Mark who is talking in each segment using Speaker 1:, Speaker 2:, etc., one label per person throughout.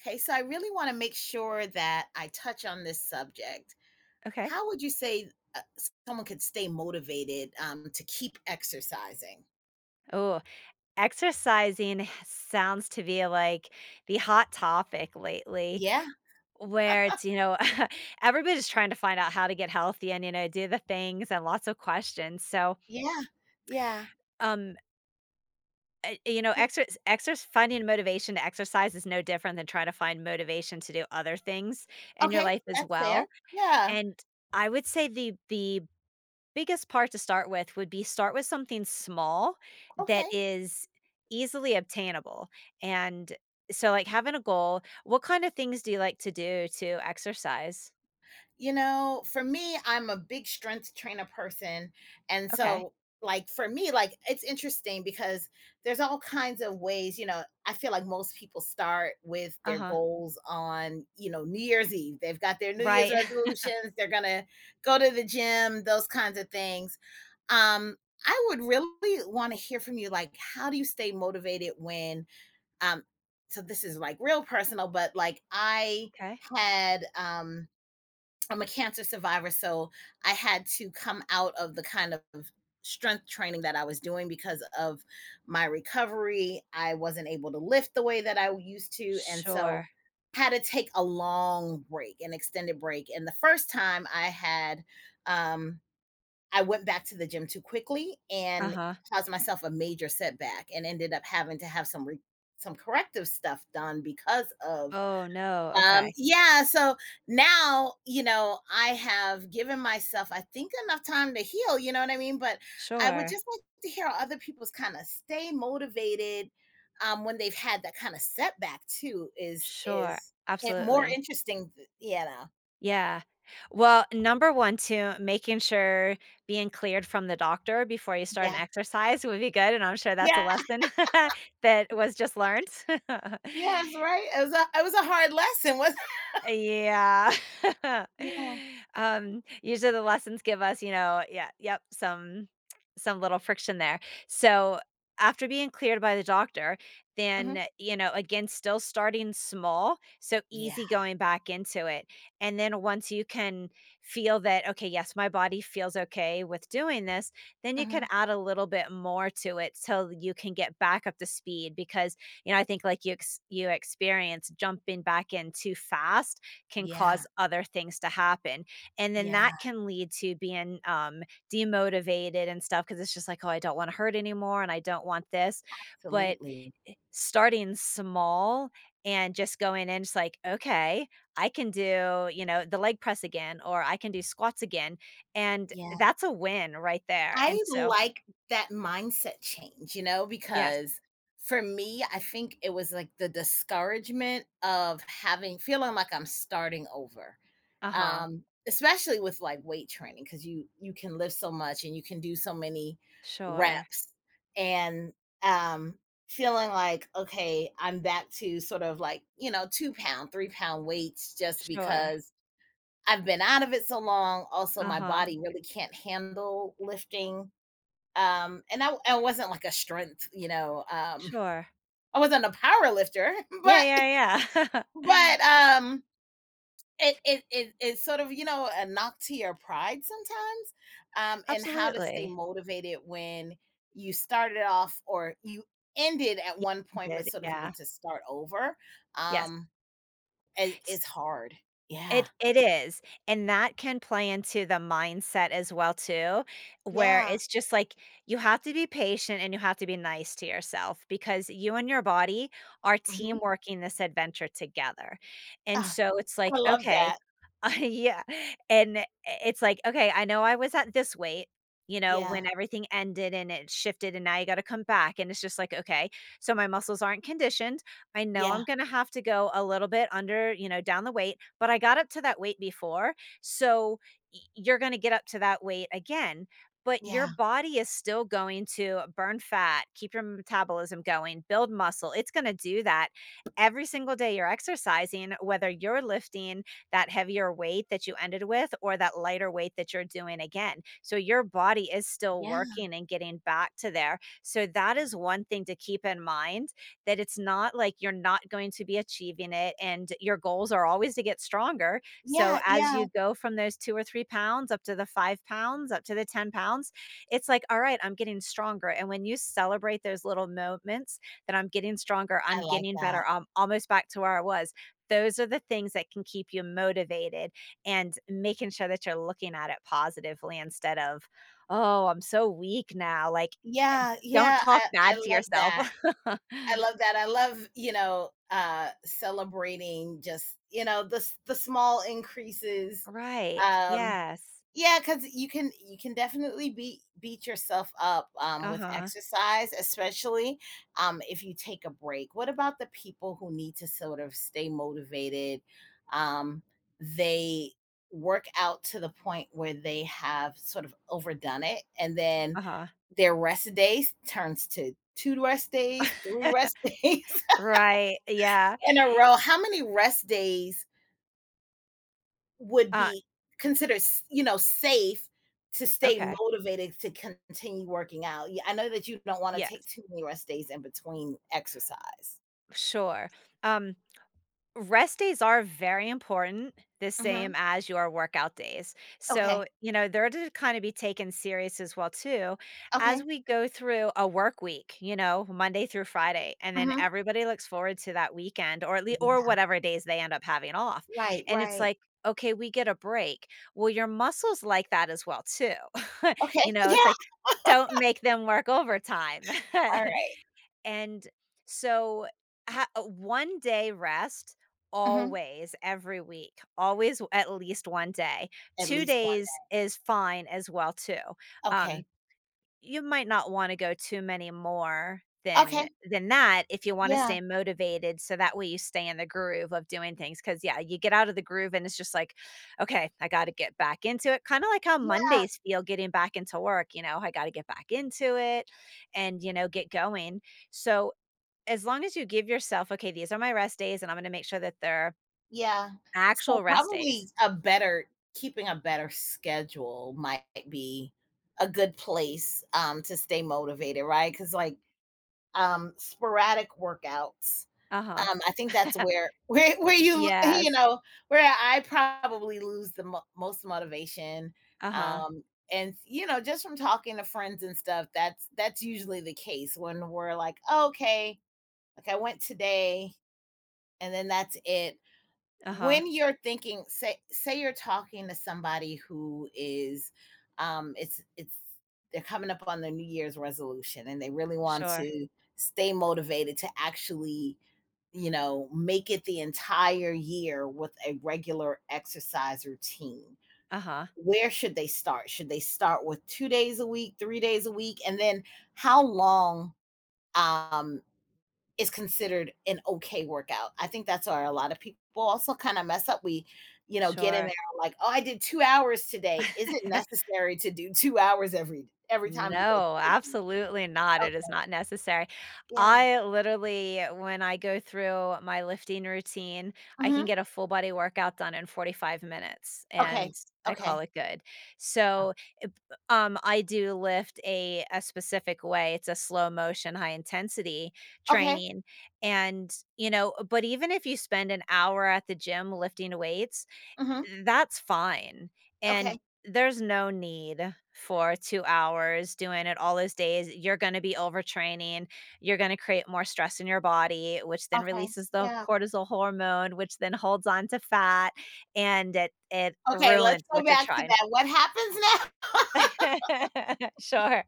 Speaker 1: Okay, so I really want to make sure that I touch on this subject.
Speaker 2: Okay.
Speaker 1: How would you say someone could stay motivated to keep exercising?
Speaker 2: Oh, exercising sounds to be like the hot topic lately
Speaker 1: Yeah,
Speaker 2: where everybody's trying to find out how to get healthy and, do the things and lots of questions. So,
Speaker 1: yeah, yeah.
Speaker 2: um, you know, exercise, exercise, finding motivation to exercise is no different than trying to find motivation to do other things in your
Speaker 1: Okay,
Speaker 2: life as
Speaker 1: that's fair.
Speaker 2: well.
Speaker 1: Yeah.
Speaker 2: And I would say the biggest part to start with would be start with something small that
Speaker 1: Okay.
Speaker 2: is easily obtainable, and so like having a goal, what kind of things do you like to do to exercise?
Speaker 1: You know, for me, I'm a big strength trainer person. And
Speaker 2: Okay.
Speaker 1: so, like, for me, like, it's interesting because there's all kinds of ways, you know, I feel like most people start with their
Speaker 2: Uh-huh.
Speaker 1: goals on, you know, New Year's Eve. They've got their New Year's
Speaker 2: Right.
Speaker 1: resolutions, they're going to go to the gym, those kinds of things. Um, I would really want to hear from you, like, how do you stay motivated when, um, so this is like real personal, but like I
Speaker 2: Okay.
Speaker 1: had, I'm a cancer survivor, so I had to come out of the kind of strength training that I was doing because of my recovery. I wasn't able to lift the way that I used to, and so
Speaker 2: Sure.
Speaker 1: had to take a long break, an extended break. And the first time I had, um, I went back to the gym too quickly and
Speaker 2: Uh-huh.
Speaker 1: caused myself a major setback, and ended up having to have some some corrective stuff done because of
Speaker 2: Oh no, okay.
Speaker 1: yeah, so now, you know, I have given myself, I think, enough time to heal, you know what I mean? But I would
Speaker 2: Sure.
Speaker 1: just like to hear how other people's kind of stay motivated when they've had that kind of setback too is
Speaker 2: Sure.
Speaker 1: is it more
Speaker 2: Absolutely.
Speaker 1: interesting, you know.
Speaker 2: Yeah. Well, number 1 too, making sure being cleared from the doctor before you start
Speaker 1: Yeah.
Speaker 2: an exercise would be good, and I'm sure that's a
Speaker 1: Yeah.
Speaker 2: lesson that was just learned.
Speaker 1: Yes, right. It was a hard lesson, wasn't
Speaker 2: Yeah.
Speaker 1: it? Yeah.
Speaker 2: Usually the lessons give us, yeah, yep, some little friction there. So, after being cleared by the doctor,
Speaker 1: Hmm.
Speaker 2: then, again, still starting small, so
Speaker 1: Yeah.
Speaker 2: easy going back into it. And then once you can feel that, "Okay, yes, my body feels okay with doing this," then you
Speaker 1: Hmm.
Speaker 2: can add a little bit more to it so you can get back up to speed because I think like you experience jumping back in too fast can
Speaker 1: Yeah.
Speaker 2: cause other things to happen, and then
Speaker 1: Yeah.
Speaker 2: that can lead to being demotivated and stuff because it's just like, oh, I don't want to hurt anymore, and I don't want this. But
Speaker 1: Absolutely.
Speaker 2: starting small and just going in, just like, okay, I can do, the leg press again, or I can do squats again, and
Speaker 1: Yeah.
Speaker 2: that's a win right there. And
Speaker 1: I
Speaker 2: so,
Speaker 1: like that mindset change, you know,
Speaker 2: yes,
Speaker 1: because for me, I think it was like the discouragement of having feeling like I'm starting over.
Speaker 2: uh huh,
Speaker 1: Especially with like weight training, because you can lift so much and you can do so many
Speaker 2: sure,
Speaker 1: reps, and um feeling like okay, I'm back to sort of like, you know, 2-pound, 3-pound weights just
Speaker 2: sure.
Speaker 1: because I've been out of it so long. Also,
Speaker 2: Uh
Speaker 1: my
Speaker 2: huh.
Speaker 1: body really can't handle lifting, and I wasn't like a strength, you know,
Speaker 2: Sure.
Speaker 1: I wasn't a power lifter,
Speaker 2: Yeah,
Speaker 1: but
Speaker 2: yeah, yeah.
Speaker 1: but um it's sort of, you know, a knock to your pride sometimes. And how to stay
Speaker 2: Absolutely.
Speaker 1: motivated when you started off or you ended at
Speaker 2: Ye
Speaker 1: one point but
Speaker 2: Did,
Speaker 1: sort of
Speaker 2: yeah.
Speaker 1: need to start over.
Speaker 2: Yes.
Speaker 1: Um is hard. Yeah.
Speaker 2: It is, and that can play into the mindset as well too, where
Speaker 1: Yeah.
Speaker 2: it's just like you have to be patient and you have to be nice to yourself because you and your body are team
Speaker 1: Mhm.
Speaker 2: working this adventure together. And
Speaker 1: Ah,
Speaker 2: so it's
Speaker 1: I
Speaker 2: like,
Speaker 1: love
Speaker 2: okay,
Speaker 1: that.
Speaker 2: yeah, and it's like, okay, I know I was at this weight,
Speaker 1: Yeah.
Speaker 2: when everything ended and it shifted and now you gotta come back, and it's just like, okay, so my muscles aren't conditioned. I know
Speaker 1: Yeah.
Speaker 2: I'm gonna have to go a little bit under, down the weight, but I got up to that weight before. So you're going to get up to that weight again. But your
Speaker 1: Yeah.
Speaker 2: body is still going to burn fat, keep your metabolism going, build muscle. It's going to do that every single day you're exercising, whether you're lifting that heavier weight that you ended with or that lighter weight that you're doing again. So your body is still
Speaker 1: Yeah.
Speaker 2: working and getting back to there. So that is one thing to keep in mind, that it's not like you're not going to be achieving it, and your goals are always to get stronger. So
Speaker 1: Yeah.
Speaker 2: as
Speaker 1: Yeah.
Speaker 2: you go from those 2 or 3 pounds up to the 5 pounds, up to the 10 pounds, it's like, all right, I'm getting stronger. And when you celebrate those little moments that I'm getting stronger,
Speaker 1: I
Speaker 2: I'm
Speaker 1: like
Speaker 2: getting better,
Speaker 1: that.
Speaker 2: I'm almost back to where I was. Those are the things that can keep you motivated and making sure that you're looking at it positively instead of, oh, I'm so weak now. Like,
Speaker 1: Yeah,
Speaker 2: don't
Speaker 1: yeah,
Speaker 2: talk
Speaker 1: I
Speaker 2: bad to
Speaker 1: love
Speaker 2: yourself.
Speaker 1: that. I love that. I love, you know, celebrating just, you know, the the small increases.
Speaker 2: Right.
Speaker 1: Um
Speaker 2: Yes.
Speaker 1: yeah, because you can definitely beat yourself up, with
Speaker 2: Uh-huh.
Speaker 1: exercise, especially, if you take a break. What about the people who need to sort of stay motivated? Um, they work out to the point where they have sort of overdone it, and then
Speaker 2: Uh-huh.
Speaker 1: their rest days turns to 2 rest days, 3 rest days
Speaker 2: Right. Yeah.
Speaker 1: in a row. How many rest days would
Speaker 2: Uh,
Speaker 1: be considered, you know, safe to stay
Speaker 2: okay.
Speaker 1: motivated to continue working out? Yeah, I know that you don't want to take
Speaker 2: Yes.
Speaker 1: too many rest days in between exercise.
Speaker 2: Sure. Um, Rest days are very important, the same
Speaker 1: Mhm.
Speaker 2: as your workout days.
Speaker 1: Okay.
Speaker 2: So, they're to kind of be taken serious as well too, as
Speaker 1: Okay.
Speaker 2: we go through a work week, Monday through Friday, and then
Speaker 1: Mhm.
Speaker 2: everybody looks forward to that weekend, or at least or
Speaker 1: Yeah.
Speaker 2: whatever days they end up having off.
Speaker 1: Right,
Speaker 2: And it's
Speaker 1: right.
Speaker 2: like, okay, we get a break. Well, your muscles like that as well too.
Speaker 1: Okay.
Speaker 2: It's
Speaker 1: Yeah.
Speaker 2: like don't make them work overtime.
Speaker 1: All right.
Speaker 2: And so 1 day rest
Speaker 1: Mhm.
Speaker 2: always, every week always, at least 1 day.
Speaker 1: At
Speaker 2: two
Speaker 1: least one
Speaker 2: days is fine as well too.
Speaker 1: day.
Speaker 2: um
Speaker 1: Okay.
Speaker 2: you might not want to go too many more
Speaker 1: Okay.
Speaker 2: than that if you want to
Speaker 1: Yeah.
Speaker 2: stay motivated, so that way you stay in the groove of doing things, because yeah, you get out of the groove and it's just like, okay, I got to get back into it, kind of like how
Speaker 1: Yeah.
Speaker 2: Mondays feel getting back into work. I got to get back into it and get going. So, as long as you give yourself, "Okay, these are my rest days, and I'm gonna make sure that they're
Speaker 1: Yeah. So
Speaker 2: actual rest
Speaker 1: probably
Speaker 2: days."
Speaker 1: a better keeping a better schedule might be a good place to stay motivated, right? Cuz like, sporadic workouts.
Speaker 2: Uh-huh.
Speaker 1: I think that's where where you
Speaker 2: Yes.
Speaker 1: know where I probably lose the most motivation.
Speaker 2: Uh-huh,
Speaker 1: Um, and you know, just from talking to friends and stuff, that's usually the case when we're like, "Oh, okay, like I went today, and then that's it,"
Speaker 2: uh-huh.
Speaker 1: when you're thinking, say you're talking to somebody who is, it's they're coming up on their New Year's resolution and they really want
Speaker 2: Sure.
Speaker 1: to stay motivated to actually, you know, make it the entire year with a regular exercise routine.
Speaker 2: Uh-huh,
Speaker 1: Where Should they start with 2 days a week, 3 days a week? And then how long um is considered an okay workout? I think that's where a lot of people also kind of mess up. We, you know, get in there
Speaker 2: sure.
Speaker 1: like, oh, I did 2 hours today. Is it necessary to do 2 hours every time you go to
Speaker 2: No,
Speaker 1: the gym?
Speaker 2: absolutely not. It is
Speaker 1: Okay.
Speaker 2: not necessary.
Speaker 1: Yeah.
Speaker 2: I literally, when I go through my lifting routine, I can
Speaker 1: Hmm.
Speaker 2: get a full body workout done in 45 minutes and
Speaker 1: Okay.
Speaker 2: I call
Speaker 1: Okay.
Speaker 2: it good.
Speaker 1: Uh,
Speaker 2: So, it- I do lift a specific way. It's a slow motion, high intensity
Speaker 1: okay.
Speaker 2: training. And, but even if you spend an hour at the gym lifting weights,
Speaker 1: Hmm.
Speaker 2: that's fine,
Speaker 1: Okay.
Speaker 2: and there's no need for 2 hours doing it all those days. You're gonna be overtraining, you're gonna create more stress in your body, which then
Speaker 1: Okay.
Speaker 2: releases the
Speaker 1: Yeah.
Speaker 2: cortisol hormone, which then holds on to fat, and it
Speaker 1: Okay. Let's
Speaker 2: ruins
Speaker 1: go
Speaker 2: what you're
Speaker 1: back to
Speaker 2: trying.
Speaker 1: that. What happens now?
Speaker 2: Sure.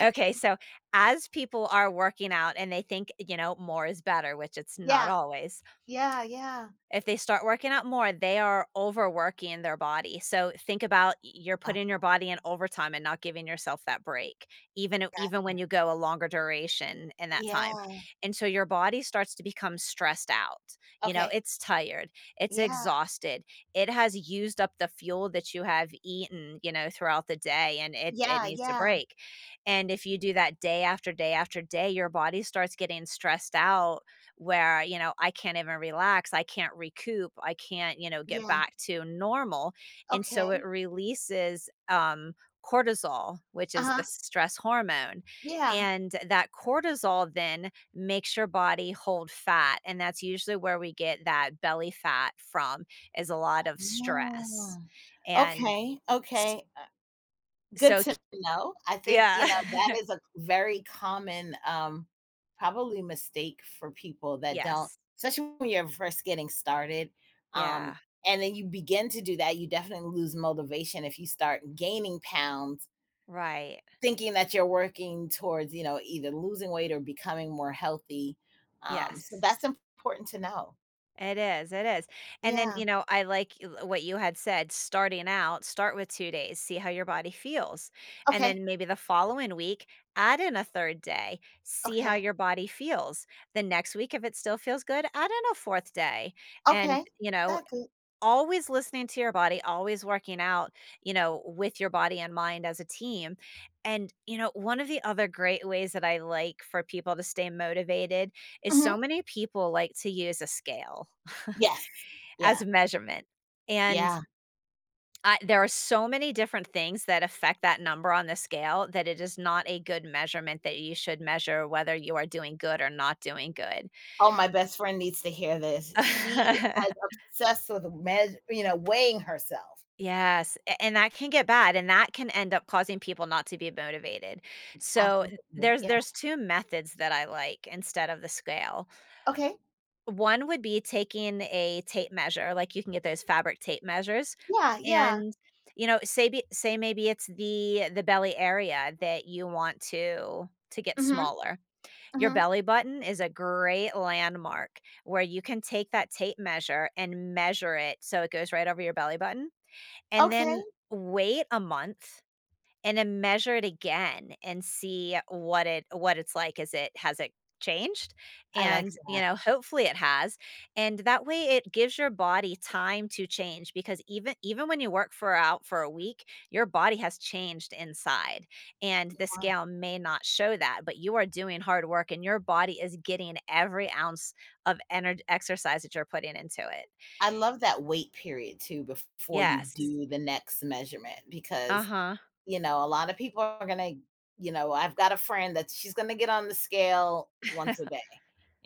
Speaker 2: Okay, so as people are working out and they think, more is better, which it's not
Speaker 1: Yeah.
Speaker 2: always.
Speaker 1: Yeah. Yeah.
Speaker 2: If they start working out more, they are overworking their body. So think about, y you're
Speaker 1: Oh,
Speaker 2: putting your body in overtime and not giving yourself that break, even o even
Speaker 1: gotcha.
Speaker 2: when you go a longer duration in that time.
Speaker 1: Yeah.
Speaker 2: And so your body starts to become stressed out.
Speaker 1: Okay.
Speaker 2: It's tired, it's
Speaker 1: Yeah.
Speaker 2: exhausted, it has used up the fuel that you have eaten, throughout the day, and it
Speaker 1: Yeah.
Speaker 2: needs to
Speaker 1: Yeah.
Speaker 2: break. And if you do that day after day after day, your body starts getting stressed out where, I can't even relax, I can't recoup, I can't, get
Speaker 1: Yeah.
Speaker 2: back to normal, and so it
Speaker 1: Okay.
Speaker 2: releases, cortisol, which
Speaker 1: Uh
Speaker 2: is the
Speaker 1: huh.
Speaker 2: stress hormone,
Speaker 1: Yeah.
Speaker 2: and that cortisol then makes your body hold fat, and that's usually where we get that belly fat from, is a lot of
Speaker 1: Ah,
Speaker 2: stress, and
Speaker 1: okay,
Speaker 2: s
Speaker 1: okay, good
Speaker 2: so k
Speaker 1: to know. I think, you
Speaker 2: yeah.
Speaker 1: know, that is a very common, probably mistake for people that don't,
Speaker 2: Yes.
Speaker 1: especially when you're first getting started, um,
Speaker 2: Yeah.
Speaker 1: and then you begin to do that, you definitely lose motivation if you start gaining pounds,
Speaker 2: Right.
Speaker 1: thinking that you're working towards, you know, either losing weight or becoming more healthy, so
Speaker 2: Yes.
Speaker 1: that's important to know.
Speaker 2: It is, it is. And then,
Speaker 1: Yeah,
Speaker 2: I like what you had said, starting out, start with 2 days, see how your body feels. And
Speaker 1: okay,
Speaker 2: then maybe the following week, add in a 3rd day, see how
Speaker 1: okay,
Speaker 2: your body feels. The next week, if it still feels good, add in a 4th day. And,
Speaker 1: okay, that good.
Speaker 2: always listening to your body, always working out, with your body and mind as a team. And, one of the other great ways that I like for people to stay motivated is so
Speaker 1: Mhm.
Speaker 2: many people like to use a scale
Speaker 1: Yes.
Speaker 2: as
Speaker 1: Yeah.
Speaker 2: a measurement. And
Speaker 1: Yeah.
Speaker 2: I there are so many different things that affect that number on the scale that it is not a good measurement that you should measure whether you are doing good or not doing good.
Speaker 1: Oh, my best friend needs to hear this. She is obsessed with meas weighing herself.
Speaker 2: Yes, a and that can get bad, and that can end up causing people not to be motivated. So,
Speaker 1: Absolutely,
Speaker 2: there's
Speaker 1: yeah.
Speaker 2: there's 2 methods that I like instead of the scale.
Speaker 1: Okay.
Speaker 2: One would be taking a tape measure, like, you can get those fabric tape measures,
Speaker 1: Yeah, yeah.
Speaker 2: and, say maybe it's the belly area that you want to get
Speaker 1: Mhm,
Speaker 2: smaller. Your
Speaker 1: mhm.
Speaker 2: belly button is a great landmark where you can take that tape measure and measure it so it goes right over your belly button, and
Speaker 1: Okay.
Speaker 2: then wait a month and then measure it again and see what it what it's like. Is it, has it changed?
Speaker 1: I like
Speaker 2: And,
Speaker 1: that.
Speaker 2: hopefully it has. And that way it gives your body time to change, because even even when you work for out for a week, your body has changed inside. And the
Speaker 1: Uh,
Speaker 2: scale may not show that, but you are doing hard work and your body is getting every ounce of energy exercise that you're putting into it.
Speaker 1: I love that wait period too before you
Speaker 2: Yes.
Speaker 1: do the next measurement because,
Speaker 2: Uh-huh.
Speaker 1: you know, a lot of people are gonna, you know, I've got a friend that she's gonna get on the scale once a day.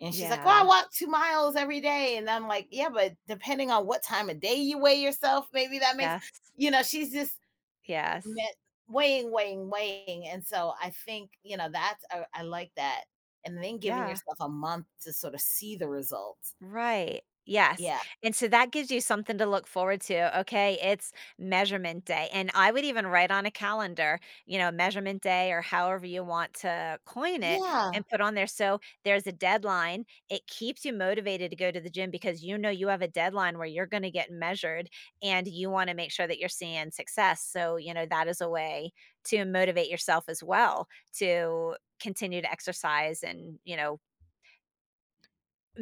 Speaker 1: And she's like, "Oh, I
Speaker 2: Yeah.
Speaker 1: walk 2 miles every day." And I'm like, "Yeah, but depending on what time of day you weigh yourself, maybe that makes,
Speaker 2: Yes.
Speaker 1: you know." She's just
Speaker 2: Yes.
Speaker 1: met, weighing, weighing, weighing, and so I think, you know, that's I like that. And then giving
Speaker 2: Yeah.
Speaker 1: yourself a month to sort of see the results.
Speaker 2: Right. Yes.
Speaker 1: Yeah,
Speaker 2: And so that gives you something to look forward to. Okay. It's measurement day. And I would even write on a calendar, measurement day or however you want to coin it,
Speaker 1: yeah,
Speaker 2: and put on there. So there's a deadline. It keeps you motivated to go to the gym because you know you have a deadline where you're going to get measured, and you want to make sure that you're seeing success. So, that is a way to motivate yourself as well, to continue to exercise and,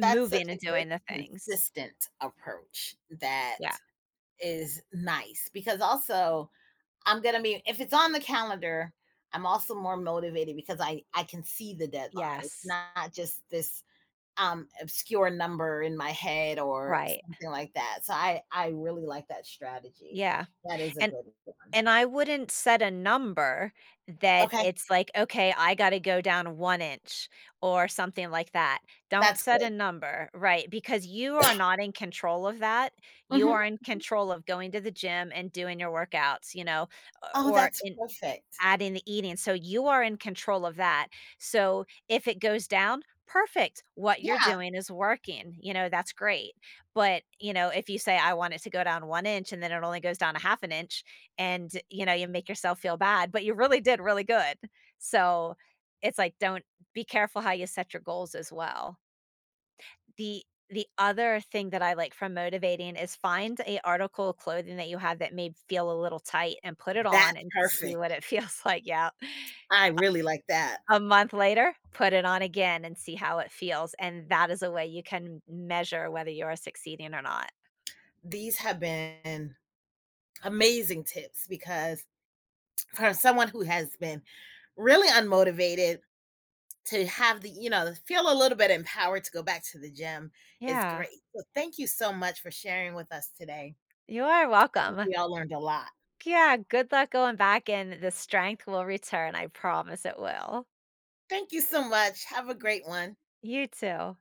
Speaker 1: that's such a
Speaker 2: and
Speaker 1: good
Speaker 2: doing the things.
Speaker 1: consistent approach, that
Speaker 2: Yeah.
Speaker 1: is nice because also I'm gonna be, if it's on the calendar, I'm also more motivated because I can see the deadline. It's
Speaker 2: Yes,
Speaker 1: not just this obscure number in my head or
Speaker 2: right,
Speaker 1: something like that. So I really like that strategy.
Speaker 2: yeah,
Speaker 1: That is a
Speaker 2: and
Speaker 1: good one.
Speaker 2: I wouldn't set a number that
Speaker 1: Okay,
Speaker 2: it's like, "Okay, I gotta go down 1 inch," or something like that. Don't
Speaker 1: that's
Speaker 2: set a
Speaker 1: good.
Speaker 2: number, right, because you are not in control of that. You
Speaker 1: Mhm.
Speaker 2: are in control of going to the gym and doing your workouts, you know,
Speaker 1: Oh,
Speaker 2: or
Speaker 1: that's
Speaker 2: in
Speaker 1: perfect.
Speaker 2: Add in the eating, so you are in control of that. So if it goes down, perfect. What you're
Speaker 1: Yeah,
Speaker 2: doing is working, that's great. But, if you say, I want it to go down 1 inch and then it only goes down a 1/2 an inch, and, you make yourself feel bad, but you really did really good. So it's like, don't, be careful how you set your goals as well. The the other thing that I like from motivating is find a article of clothing that you have that may feel a little tight and put it on
Speaker 1: that's
Speaker 2: and see what
Speaker 1: perfect.
Speaker 2: it feels like, yeah.
Speaker 1: I really like that.
Speaker 2: A month later, put it on again and see how it feels, and that is a way you can measure whether you are succeeding or not.
Speaker 1: These have been amazing tips, because from someone who has been really unmotivated, to have the, you know, feel a little bit empowered to go back to the gym is
Speaker 2: Yeah.
Speaker 1: great. So thank you so much for sharing with us today.
Speaker 2: You are
Speaker 1: I think
Speaker 2: welcome.
Speaker 1: we all learned a lot.
Speaker 2: Yeah, good luck going back and the strength will return, I promise it will.
Speaker 1: Thank you so much, have a great one.
Speaker 2: You too.